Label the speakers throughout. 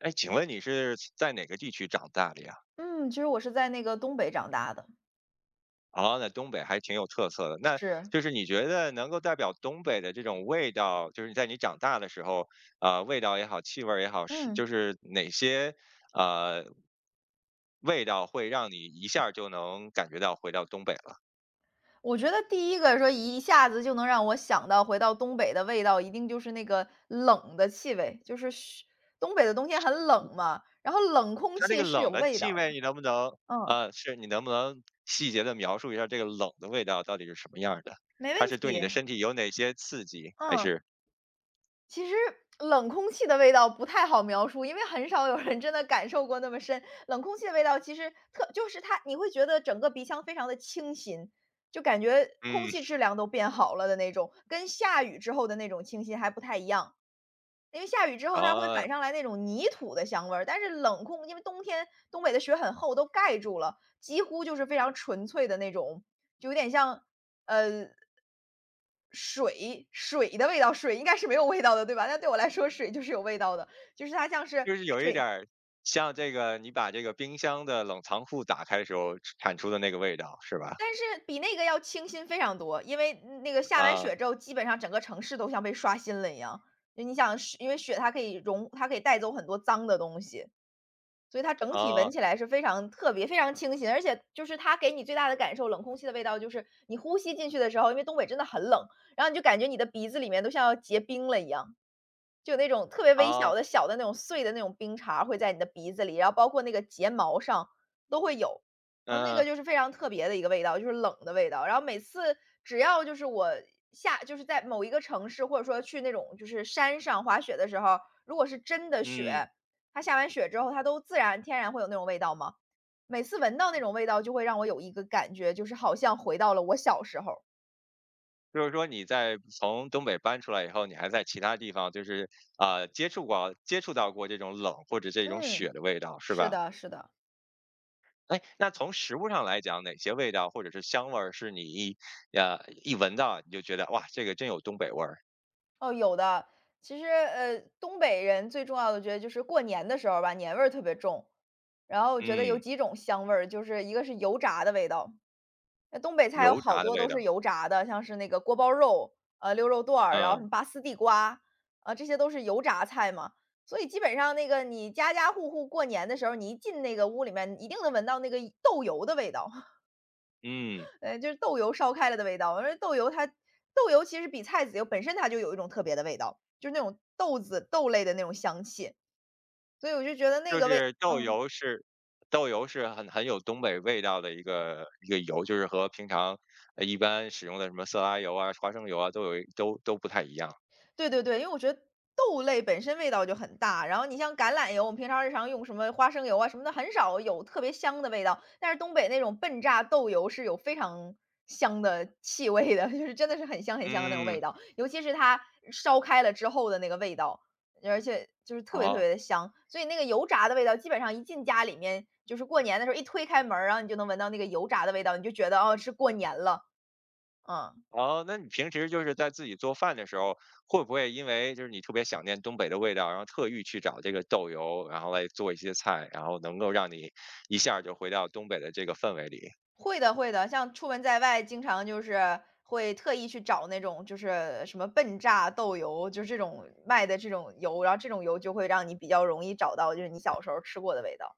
Speaker 1: 哎，请问你是在哪个地区长大的呀？
Speaker 2: 嗯，其实我是在那个东北长大的。
Speaker 1: 哦，那东北还挺有特色的。那
Speaker 2: 是。
Speaker 1: 就是你觉得能够代表东北的这种味道，就是在你长大的时候，味道也好，气味儿也好，是
Speaker 2: 嗯，
Speaker 1: 就是哪些呃味道会让你一下儿就能感觉到回到东北了？
Speaker 2: 我觉得第一个说一下子就能让我想到回到东北的味道，一定就是那个冷的气味，就是嘘东北的冬天很冷嘛，然后冷空
Speaker 1: 它这个
Speaker 2: 气是
Speaker 1: 冷
Speaker 2: 有
Speaker 1: 的
Speaker 2: 味
Speaker 1: 气
Speaker 2: 道的。
Speaker 1: 味，
Speaker 2: 嗯，
Speaker 1: 你能不能细节的描述一下这个冷的味道到底是什么样儿的？
Speaker 2: 没
Speaker 1: 它
Speaker 2: 问
Speaker 1: 是对你
Speaker 2: 题。
Speaker 1: 的身体有哪些刺激？还
Speaker 2: 嗯。
Speaker 1: 是
Speaker 2: 其实冷空气的味道不太好描述，因为很少有人真的感受过那么深。冷空气的味道其实特就是它，你会觉得整个鼻腔非常的清新，就感觉空
Speaker 1: 嗯
Speaker 2: 气质量都变好了的那种，跟下雨之后的那种清新还不太一样。因为下雨之后它会
Speaker 1: 啊？
Speaker 2: 反
Speaker 1: 哦
Speaker 2: 上来那种泥土的香味儿，但是冷空因为冬天东北的雪很厚，都盖住了，几乎就是非常纯粹的那种，就有点像，呃，水的味道，水应该是没有味道的，对吧？那对我来说水就是有味道的，就是它像是
Speaker 1: 就是有一点
Speaker 2: 水
Speaker 1: 儿像这个，你把这个冰箱的冷藏库打开的时候产出的那个味道，是吧？
Speaker 2: 但是比那个要清新非常多，因为那个下完
Speaker 1: 啊
Speaker 2: 雪之后，基本上整个城市都像被刷新了一样。就你想是因为雪它可以融它可以带走很多脏的东西，所以它整体
Speaker 1: 啊
Speaker 2: 闻起来是非常特别、非常清新，而且就是它给你最大的感受，冷空气的味道就是你呼吸进去的时候，因为东北真的很冷，然后你就感觉你的鼻子里面都像要结冰了一样，就有那种特别微
Speaker 1: 啊，
Speaker 2: 小的、小的那种碎的那种冰碴儿会在你的鼻子里，然后包括那个睫毛上都会有。那
Speaker 1: 嗯
Speaker 2: 个就是非常特别的一个味道，就是冷的味道。然后每次只要就是我下就是在某一个城市，或者说去那种就是山上滑雪的时候，如果是真的雪。
Speaker 1: 嗯，
Speaker 2: 它下完雪之后，它都自然天然会有那种味道吗？每次闻到那种味道，就会让我有一个感觉，就是好像回到了我小时候。
Speaker 1: 就是说你在从东北搬出来以后，你还在其他地方就是接触到过这种冷或者这种雪
Speaker 2: 嗯，
Speaker 1: 的味道，是
Speaker 2: 是
Speaker 1: 吧？
Speaker 2: 的，是的。
Speaker 1: 哎，那从食物上来讲，哪些味道或者是香味儿是你一闻到你就觉得哇，这个真有东北味儿？
Speaker 2: 哦，有的。其实，东北人最重要的，我觉得就是过年的时候吧，年味儿特别重。然后我觉得有
Speaker 1: 嗯，
Speaker 2: 几种香味儿，就是一个是油炸的味道。那东北菜有
Speaker 1: 油
Speaker 2: 好
Speaker 1: 炸的
Speaker 2: 多
Speaker 1: 味
Speaker 2: 都
Speaker 1: 道，
Speaker 2: 是油炸的，像是那个锅包肉，溜肉段儿，然后什
Speaker 1: 嗯
Speaker 2: 么拔丝地瓜，啊，这些都是油炸菜嘛。所以基本上那个你家家户户过年的时候，你一进那个屋里面，一定能闻到那个豆油的味道。
Speaker 1: 嗯。
Speaker 2: 就是豆油烧开了的味道。因为豆油其实比菜籽油本身它就有一种特别的味道，就是那种豆子豆类的那种香气，所以我就觉得那
Speaker 1: 就
Speaker 2: 个味
Speaker 1: 是豆
Speaker 2: 嗯。
Speaker 1: 油是豆油是很有东北味道的一个油，就是和平常一般使用的什么色拉油啊、花生油啊都不太一样。
Speaker 2: 对对对，因为我觉得豆类本身味道就很大，然后你像橄榄油，我们平常日常用什么花生油啊什么的，很少有特别香的味道。但是东北那种笨榨豆油是有非常香的气味的。就是真的是很香很香的那种
Speaker 1: 嗯，
Speaker 2: 味道，尤其是它烧开了之后的那个味道，而且就是特别特
Speaker 1: 好，
Speaker 2: 别的香。所以那个油炸的味道，基本上一进家里面，就是过年的时候一推开门儿，然后你就能闻到那个油炸的味道，你就觉得哦是过年了。嗯。
Speaker 1: 好，那你平时就是在自己做饭的时候，会不会因为就是你特别想念东北的味道，然后特意去找这个豆油，然后来做一些菜，然后能够让你一下儿就回到东北的这个氛围里？
Speaker 2: 会的会的，像出门在外，经常就是会特意去找那种就是什么笨榨豆油，就是这种卖的这种油，然后这种油就会让你比较容易找到，就是你小时候吃过的味道。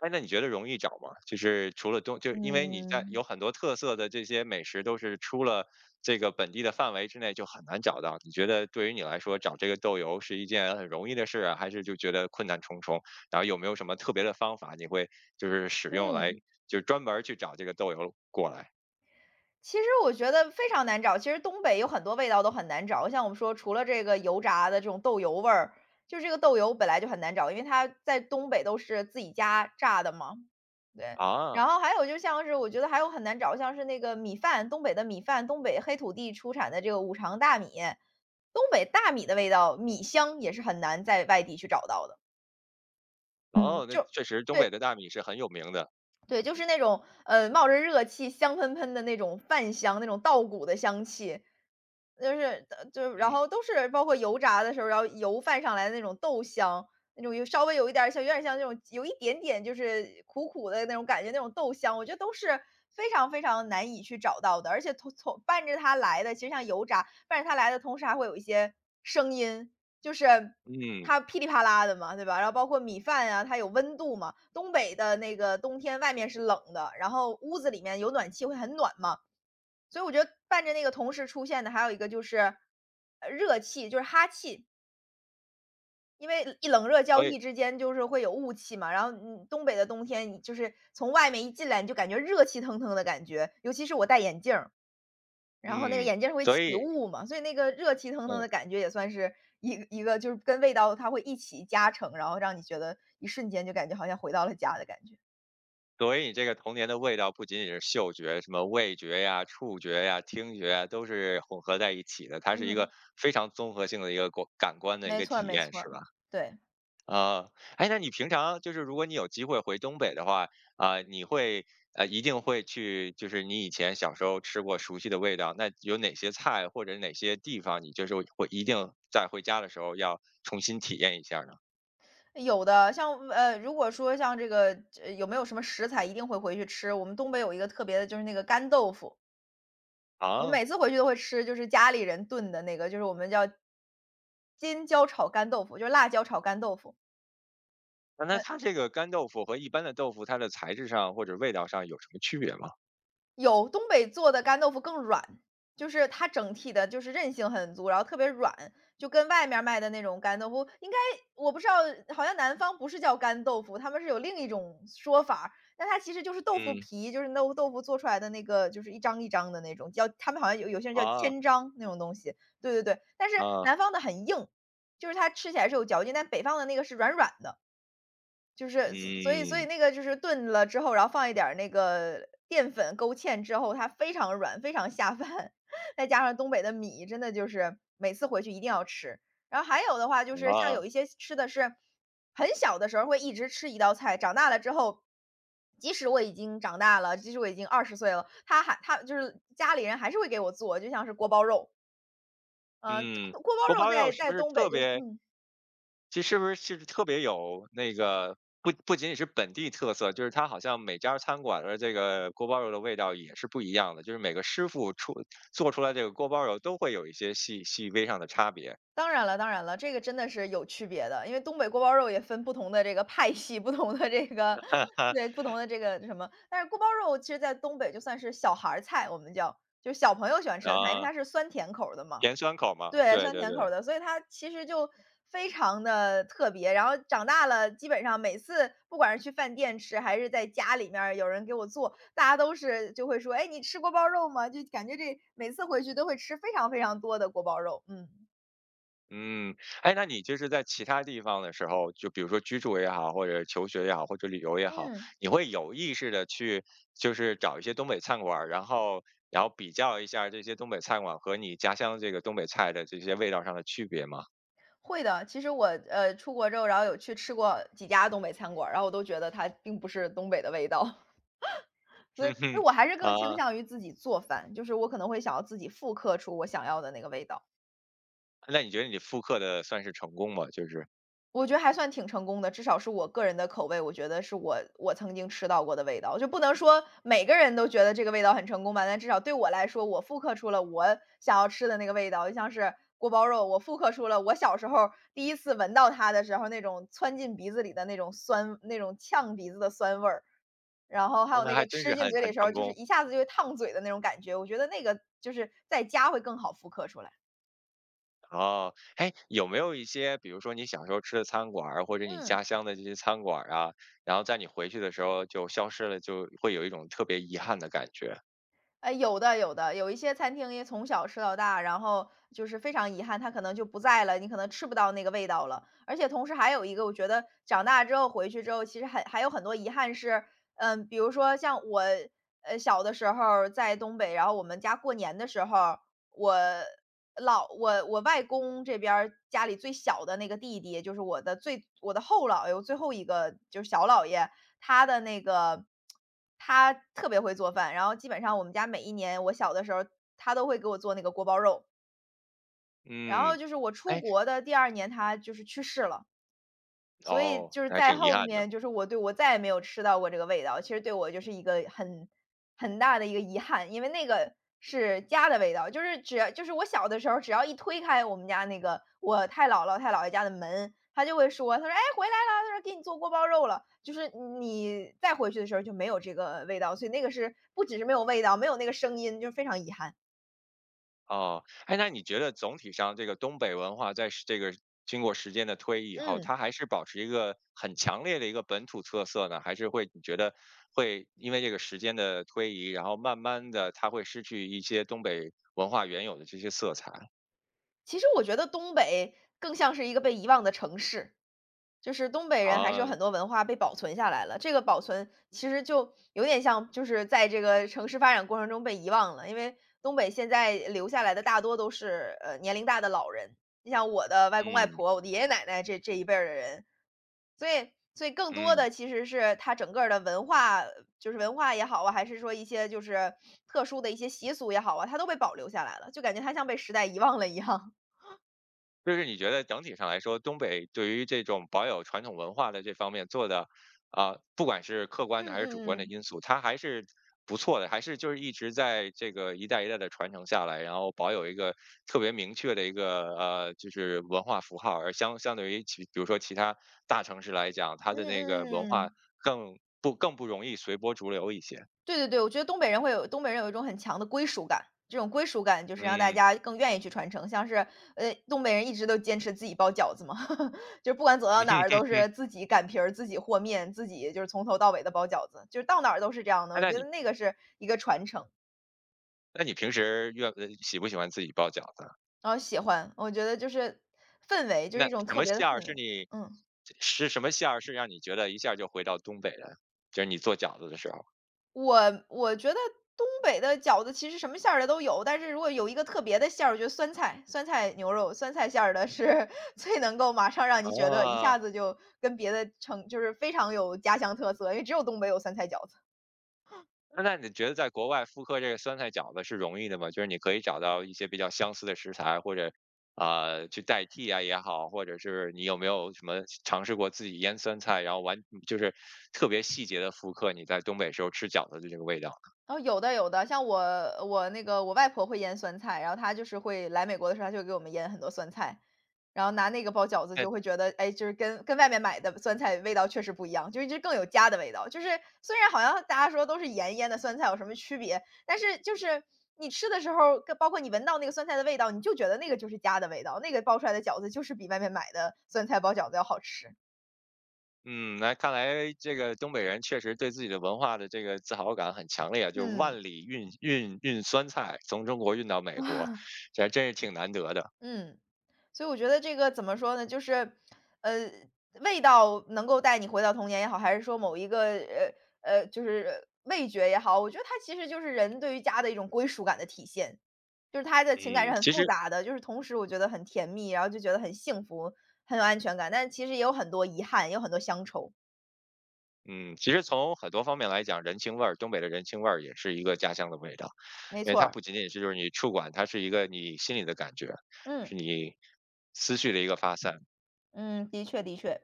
Speaker 1: 哎，那你觉得容易找吗？就是除了东，就是因为你在有
Speaker 2: 嗯，
Speaker 1: 很多特色的这些美食都是出了这个本地的范围之内就很难找到。你觉得对于你来说找这个豆油是一件很容易的事啊，还是就觉得困难重重？然后有没有什么特别的方法你会就是使用来
Speaker 2: 嗯。
Speaker 1: 就是专门儿去找这个豆油过来
Speaker 2: 其实我觉得非常难找，其实东北有很多味道都很难找，像我们说除了这个油炸的这种豆油味儿，就这个豆油本来就很难找，因为它在东北都是自己家榨的嘛。对，然
Speaker 1: 啊？
Speaker 2: 后还有就像是我觉得还有很难找，像是那个米饭，东北的米饭，东北黑土地出产的这个五常大米，东北大米的味道，米香也是很难在外地去找到的。
Speaker 1: 哦，
Speaker 2: 嗯。
Speaker 1: 那
Speaker 2: 就
Speaker 1: 确实东北
Speaker 2: 对，
Speaker 1: 的大米是很有名的，
Speaker 2: 对，就是那种，冒着热气、香喷喷的那种饭香，那种稻谷的香气。就是就然
Speaker 1: 嗯
Speaker 2: 后都是包括油炸的时候，然后油泛上来的那种豆香，那种有稍微有一点儿像有点像那种有一点点就是苦苦的那种感觉，那种豆香，我觉得都是非常非常难以去找到的。而且从伴着它来的，其实像油炸，伴着它来的同时还会有一些声音，就是
Speaker 1: 嗯，
Speaker 2: 它噼里啪啦的嘛，对吧？然后包括米饭啊，它有温度嘛。东北的那个冬天外面是冷的，然后屋子里面有暖气会很暖嘛。所以我觉得伴着那个同时出现的还有一个就是，热气，就是哈气。因为一冷热交
Speaker 1: 所以
Speaker 2: 替之间就是会有雾气嘛，然后,东北的冬天，你就是从外面一进来你就感觉热气腾腾的感觉，尤其是我戴眼镜儿。然后那个
Speaker 1: 嗯，
Speaker 2: 眼镜儿会
Speaker 1: 所
Speaker 2: 起
Speaker 1: 以
Speaker 2: 雾嘛，所以那个热气腾腾
Speaker 1: 嗯。
Speaker 2: 的感觉也算是一个就是跟味道它会一起加成，然后让你觉得一瞬间就感觉好像回到了家的感觉。
Speaker 1: 所以你这个童年的味道不仅仅是嗅觉，什么味觉呀、触觉呀、听觉呀，都是混合在一起的。它是一个
Speaker 2: 嗯，
Speaker 1: 非常综合性的一个过感官的一
Speaker 2: 没
Speaker 1: 个
Speaker 2: 错儿
Speaker 1: 体
Speaker 2: 没
Speaker 1: 验，
Speaker 2: 错
Speaker 1: 是
Speaker 2: 儿，
Speaker 1: 吧？
Speaker 2: 对。
Speaker 1: 啊，哎，那你平常就是如果你有机会回东北的话，啊、你会一定会去，就是你以前小时候吃过熟悉的味道，那有哪些菜或者哪些地方，你就是会一定在回家的时候要重新体验一下呢？
Speaker 2: 有的，像如果说像这个，有没有什么食材一定会回去吃？我们东北有一个特别的，就是那个干豆腐，我
Speaker 1: 啊，
Speaker 2: 每次回去都会吃，就是家里人炖的那个，就是我们叫尖椒炒干豆腐，就是辣椒炒干豆腐。
Speaker 1: 啊那
Speaker 2: 呃
Speaker 1: 它这个干豆腐和一般的豆腐，它的材质上或者味道上有什么区别吗？
Speaker 2: 有，东北做的干豆腐更软，就是它整体的就是韧性很足，然后特别软，就跟外面儿卖的那种干豆腐应该我不知道，好像南方不是叫干豆腐，他们是有另一种说法儿但它其实就是豆腐
Speaker 1: 嗯，
Speaker 2: 皮，就是豆腐做出来的那个就是一张一张的那种，叫他们好像有有些人叫
Speaker 1: 啊
Speaker 2: 千张那种东西，对对对，但是
Speaker 1: 啊，
Speaker 2: 南方的很硬，就是它吃起来是有嚼劲，但北方的那个是软软的。就是所以所以
Speaker 1: 嗯
Speaker 2: 那个就是炖了之后，然后放一点儿那个淀粉勾芡之后，它非常软，非常下饭。再加上东北的米，真的就是每次回去一定要吃。然后还有的话就是像
Speaker 1: 啊
Speaker 2: 有一些吃的是很小的时候会一直吃一道菜，长大了之后，即使我已经长大了，即使我已经二十岁了，他还他就是家里人还是会给我做，就像是锅包肉。
Speaker 1: 嗯，
Speaker 2: 锅包
Speaker 1: 锅
Speaker 2: 肉
Speaker 1: 包肉
Speaker 2: 在
Speaker 1: 是不
Speaker 2: 在
Speaker 1: 是
Speaker 2: 东北
Speaker 1: 特
Speaker 2: 就
Speaker 1: 别？
Speaker 2: 嗯。
Speaker 1: 其实是不是特别有那个不仅仅是本地特色，就是它好像每家餐馆的这个锅包肉的味道也是不一样的，就是每个师傅做出来这个锅包肉都会有一些细细微上的差别
Speaker 2: 当然了当然了，这个真的是有区别的。因为东北锅包肉也分不同的这个派系，不同的这个对，不 同的这个什么。但是锅包肉其实在东北就算是小孩儿菜，我们叫，就是小朋友喜欢吃的菜，因为
Speaker 1: 啊，
Speaker 2: 它是酸甜口儿的嘛。
Speaker 1: 盐酸口嘛，
Speaker 2: 对，
Speaker 1: 对
Speaker 2: 酸
Speaker 1: 对
Speaker 2: 甜口儿
Speaker 1: 对。
Speaker 2: 的，所以它其实就非常的特别。然后长大了，基本上每次不管是去饭店吃，还是在家里面儿有人给我做，大家都是就会说："哎，你吃锅包肉吗？"就感觉这每次回去都会吃非常非常多的锅包肉，嗯，
Speaker 1: 嗯，哎，那你就是在其他地方的时候，就比如说居住也好，或者求学也好，或者旅游也好，
Speaker 2: 嗯。
Speaker 1: 你会有意识的去就是找一些东北餐馆儿，然后比较一下这些东北餐馆和你家乡这个东北菜的这些味道上的区别吗？
Speaker 2: 会的，其实我出国之后，然后有去吃过几家东北餐馆儿，然后我都觉得它并不是东北的味道，所以
Speaker 1: 哼
Speaker 2: 所
Speaker 1: 哼，
Speaker 2: 以我还是更倾
Speaker 1: 啊，
Speaker 2: 向于自己做饭，就是我可能会想要自己复刻出我想要的那个味道。
Speaker 1: 那你觉得你复刻的算是成功吗？就是，
Speaker 2: 我觉得还算挺成功的，至少是我个人的口味，我觉得是我曾经吃到过的味道。就不能说每个人都觉得这个味道很成功吧，但至少对我来说，我复刻出了我想要吃的那个味道。就像是锅包肉，我复刻出了我小时候第一次闻到它的时候那种窜进鼻子里的那种酸，那种呛鼻子的酸味儿。然后还
Speaker 1: 哦，
Speaker 2: 有
Speaker 1: 那
Speaker 2: 那
Speaker 1: 还
Speaker 2: 个
Speaker 1: 真是
Speaker 2: 吃进
Speaker 1: 很
Speaker 2: 嘴里
Speaker 1: 很
Speaker 2: 的时
Speaker 1: 成
Speaker 2: 候，就是
Speaker 1: 功。
Speaker 2: 一下子就会烫嘴的那种感觉，我觉得那个就是在家会更好复刻出来。
Speaker 1: 哦，哎，有没有一些，比如说你小时候吃的餐馆儿，或者你
Speaker 2: 嗯。
Speaker 1: 家乡的这些餐馆儿啊，然后在你回去的时候就消失了，就会有一种特别遗憾的感觉？
Speaker 2: 哎，有的有的，有一些餐厅因从小吃到大，然后就是非常遗憾，它可能就不在了，你可能吃不到那个味道了。而且同时还有一个，我觉得长大之后回去之后，其实还有很多遗憾是，嗯，比如说像我，小的时候儿在东北，然后我们家过年的时候儿我老我我外公这边儿家里最小的那个弟弟，就是我的后姥爷，我最后一个就是小姥爷，他的那个他特别会做饭，然后基本上我们家每一年我小的时候，他都会给我做那个锅包肉。然后
Speaker 1: 嗯，
Speaker 2: 就是我出
Speaker 1: 哎，
Speaker 2: 国的第二年，他就是去世了。所以
Speaker 1: 哦，
Speaker 2: 就是
Speaker 1: 还
Speaker 2: 在
Speaker 1: 挺遗
Speaker 2: 后
Speaker 1: 憾的。
Speaker 2: 面，就是我再也没有吃到过这个味道，其实对我就是一个很大的一个遗憾，因为那个是家的味道，就是只要就是我小的时候，只要一推开我们家那个我太姥姥太姥爷家的门，他就会说，他说：“哎，回来了，他说：“给你做锅包肉了。”就是你再回去的时候就没有这个味道，所以那个是不只是没有味道，没有那个声音，就是非常遗憾。
Speaker 1: 哦，哎，那你觉得总体上这个东北文化这个经过时间的推移以后，
Speaker 2: 嗯，
Speaker 1: 它还是保持一个很强烈的一个本土特色呢？还是会你觉得会因为这个时间的推移，然后慢慢的它会失去一些东北文化原有的这些色彩
Speaker 2: 其实我觉得东北更像是一个被遗忘的城市。就是东北人还是
Speaker 1: 啊？
Speaker 2: 有很多文化被保存下来了，这个保存其实就有点像，就是在这个城市发展过程中被遗忘了。因为东北现在留下来的大多都是年龄大的老人，你像我的外公外
Speaker 1: 嗯
Speaker 2: 婆、我的爷爷奶奶这一辈儿的人，所以更多
Speaker 1: 嗯，
Speaker 2: 的其实是他整个儿的文化，就是文化也好啊，还是说一些就是特殊的一些习俗也好啊，它都被保留下来了，就感觉它像被时代遗忘了一样。
Speaker 1: 就是你觉得整体上来说，东北对于这种保有传统文化的这方面做的，啊、不管是客观的还是主观的因素，它还是不错的，还是就是一直在这个一代一代的传承下来，然后保有一个特别明确的一个呃，就是文化符号，而相对于比如说其他大城市来讲，它
Speaker 2: 嗯嗯
Speaker 1: 的
Speaker 2: 嗯
Speaker 1: 那个
Speaker 2: 嗯
Speaker 1: 文
Speaker 2: 嗯
Speaker 1: 化
Speaker 2: 嗯。
Speaker 1: 更不容易随波逐流一些。
Speaker 2: 对对对，我觉得东北人有一种很强的归属感，这种归属感就是让大
Speaker 1: 嗯，
Speaker 2: 家更愿意去传承。像是，东北人一直都坚持自己包饺子嘛，就是不管走到哪儿都是 自己擀皮儿、自己和面、自己就是从头到尾的包饺子，就是到哪儿都是这样的。
Speaker 1: 哎
Speaker 2: 我
Speaker 1: 那
Speaker 2: 觉得
Speaker 1: 你
Speaker 2: 那个是一个传承，
Speaker 1: 那你平时喜不喜欢自己包饺子？
Speaker 2: 然后喜欢，我觉得就是氛围，就
Speaker 1: 那
Speaker 2: 是一种
Speaker 1: 什
Speaker 2: 特
Speaker 1: 么
Speaker 2: 别的
Speaker 1: 馅儿
Speaker 2: 氛
Speaker 1: 是
Speaker 2: 围，
Speaker 1: 你
Speaker 2: 嗯。
Speaker 1: 是什么馅儿是让你觉得一下就回到东北了？就是你做饺子的时候。
Speaker 2: 我我觉得东北的饺子其实什么馅儿的都有，但是如果有一个特别的馅儿，我觉得酸菜牛肉、酸菜馅儿的是 最能够马上让你觉得一
Speaker 1: 啊。
Speaker 2: 下子就跟别的城就是非常有家乡特色，因为只有东北有酸菜饺子。
Speaker 1: 那你觉得在国外复刻这个酸菜饺子是容易的吗？就是你可以找到一些比较相似的食材，或者啊，呃，去代替啊也好，或者是你有没有什么尝试过自己腌酸菜，然后就是特别细节的复刻你在东北时候吃饺子的这个味道？
Speaker 2: 哦，有的有的，像我我那个我外婆会腌酸菜，然后她就是会来美国的时候，她就会给我们腌很多酸菜，然后拿那个包饺子，就会觉得，哎，就是跟外面买的酸菜味道确实不一样，就是这更有家的味道。就是虽然好像大家说都是盐腌的酸菜有什么区别，但是就是你吃的时候，跟包括你闻到那个酸菜的味道，你就觉得那个就是家的味道，那个包出来的饺子就是比外面买的酸菜包饺子要好吃。
Speaker 1: 嗯，那看来这个东北人确实对自己的文化的这个自豪感很强烈啊，就是
Speaker 2: 嗯
Speaker 1: 万里运酸菜从中国运到美国，这还真是挺难得的。
Speaker 2: 嗯。所以我觉得这个怎么说呢，就是，呃，味道能够带你回到童年也好，还是说某一个，就是味觉也好，我觉得它其实就是人对于家的一种归属感的体现。就是他的情感是
Speaker 1: 嗯，
Speaker 2: 很
Speaker 1: 其
Speaker 2: 复
Speaker 1: 实
Speaker 2: 杂的，就是同时我觉得很甜蜜，然后就觉得很幸福，很有安全感，但其实也有很多遗憾，也有很多乡愁。
Speaker 1: 嗯，其实从很多方面来讲，人情味儿，东北的人情味儿也是一个家乡的味道，
Speaker 2: 没
Speaker 1: 因为
Speaker 2: 错
Speaker 1: 它
Speaker 2: 儿，
Speaker 1: 不仅仅是就是你触感，它是一个你心里的感觉，
Speaker 2: 嗯，
Speaker 1: 是你思绪的一个发散。
Speaker 2: 嗯，的确的确，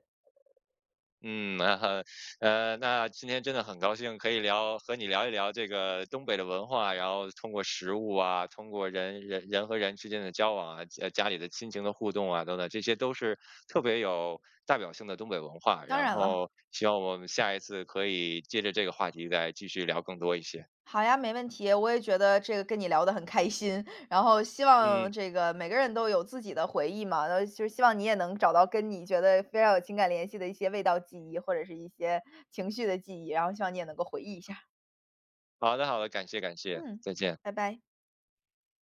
Speaker 1: 嗯，那今天真的很高兴可以和你聊一聊这个东北的文化，然后通过食物啊，通过人和人之间的交往啊，呃，家里的亲情的互动啊，等等，这些都是特别有代表性的东北文化。
Speaker 2: 当
Speaker 1: 然
Speaker 2: 然了。
Speaker 1: 后希望我们下一次可以接着这个话题再继续聊更多一些。
Speaker 2: 好呀，没问题。我也觉得这个跟你聊得很开心，然后希
Speaker 1: 嗯，
Speaker 2: 望这个每个人都有自己的回忆嘛，然后就是希望你也能找到跟你觉得非常有情感联系的一些味道记忆，或者是一些情绪的记忆，然后希望你也能够回忆一下。
Speaker 1: 好的，好的，感谢感谢，
Speaker 2: 嗯，
Speaker 1: 再见。
Speaker 2: 拜拜。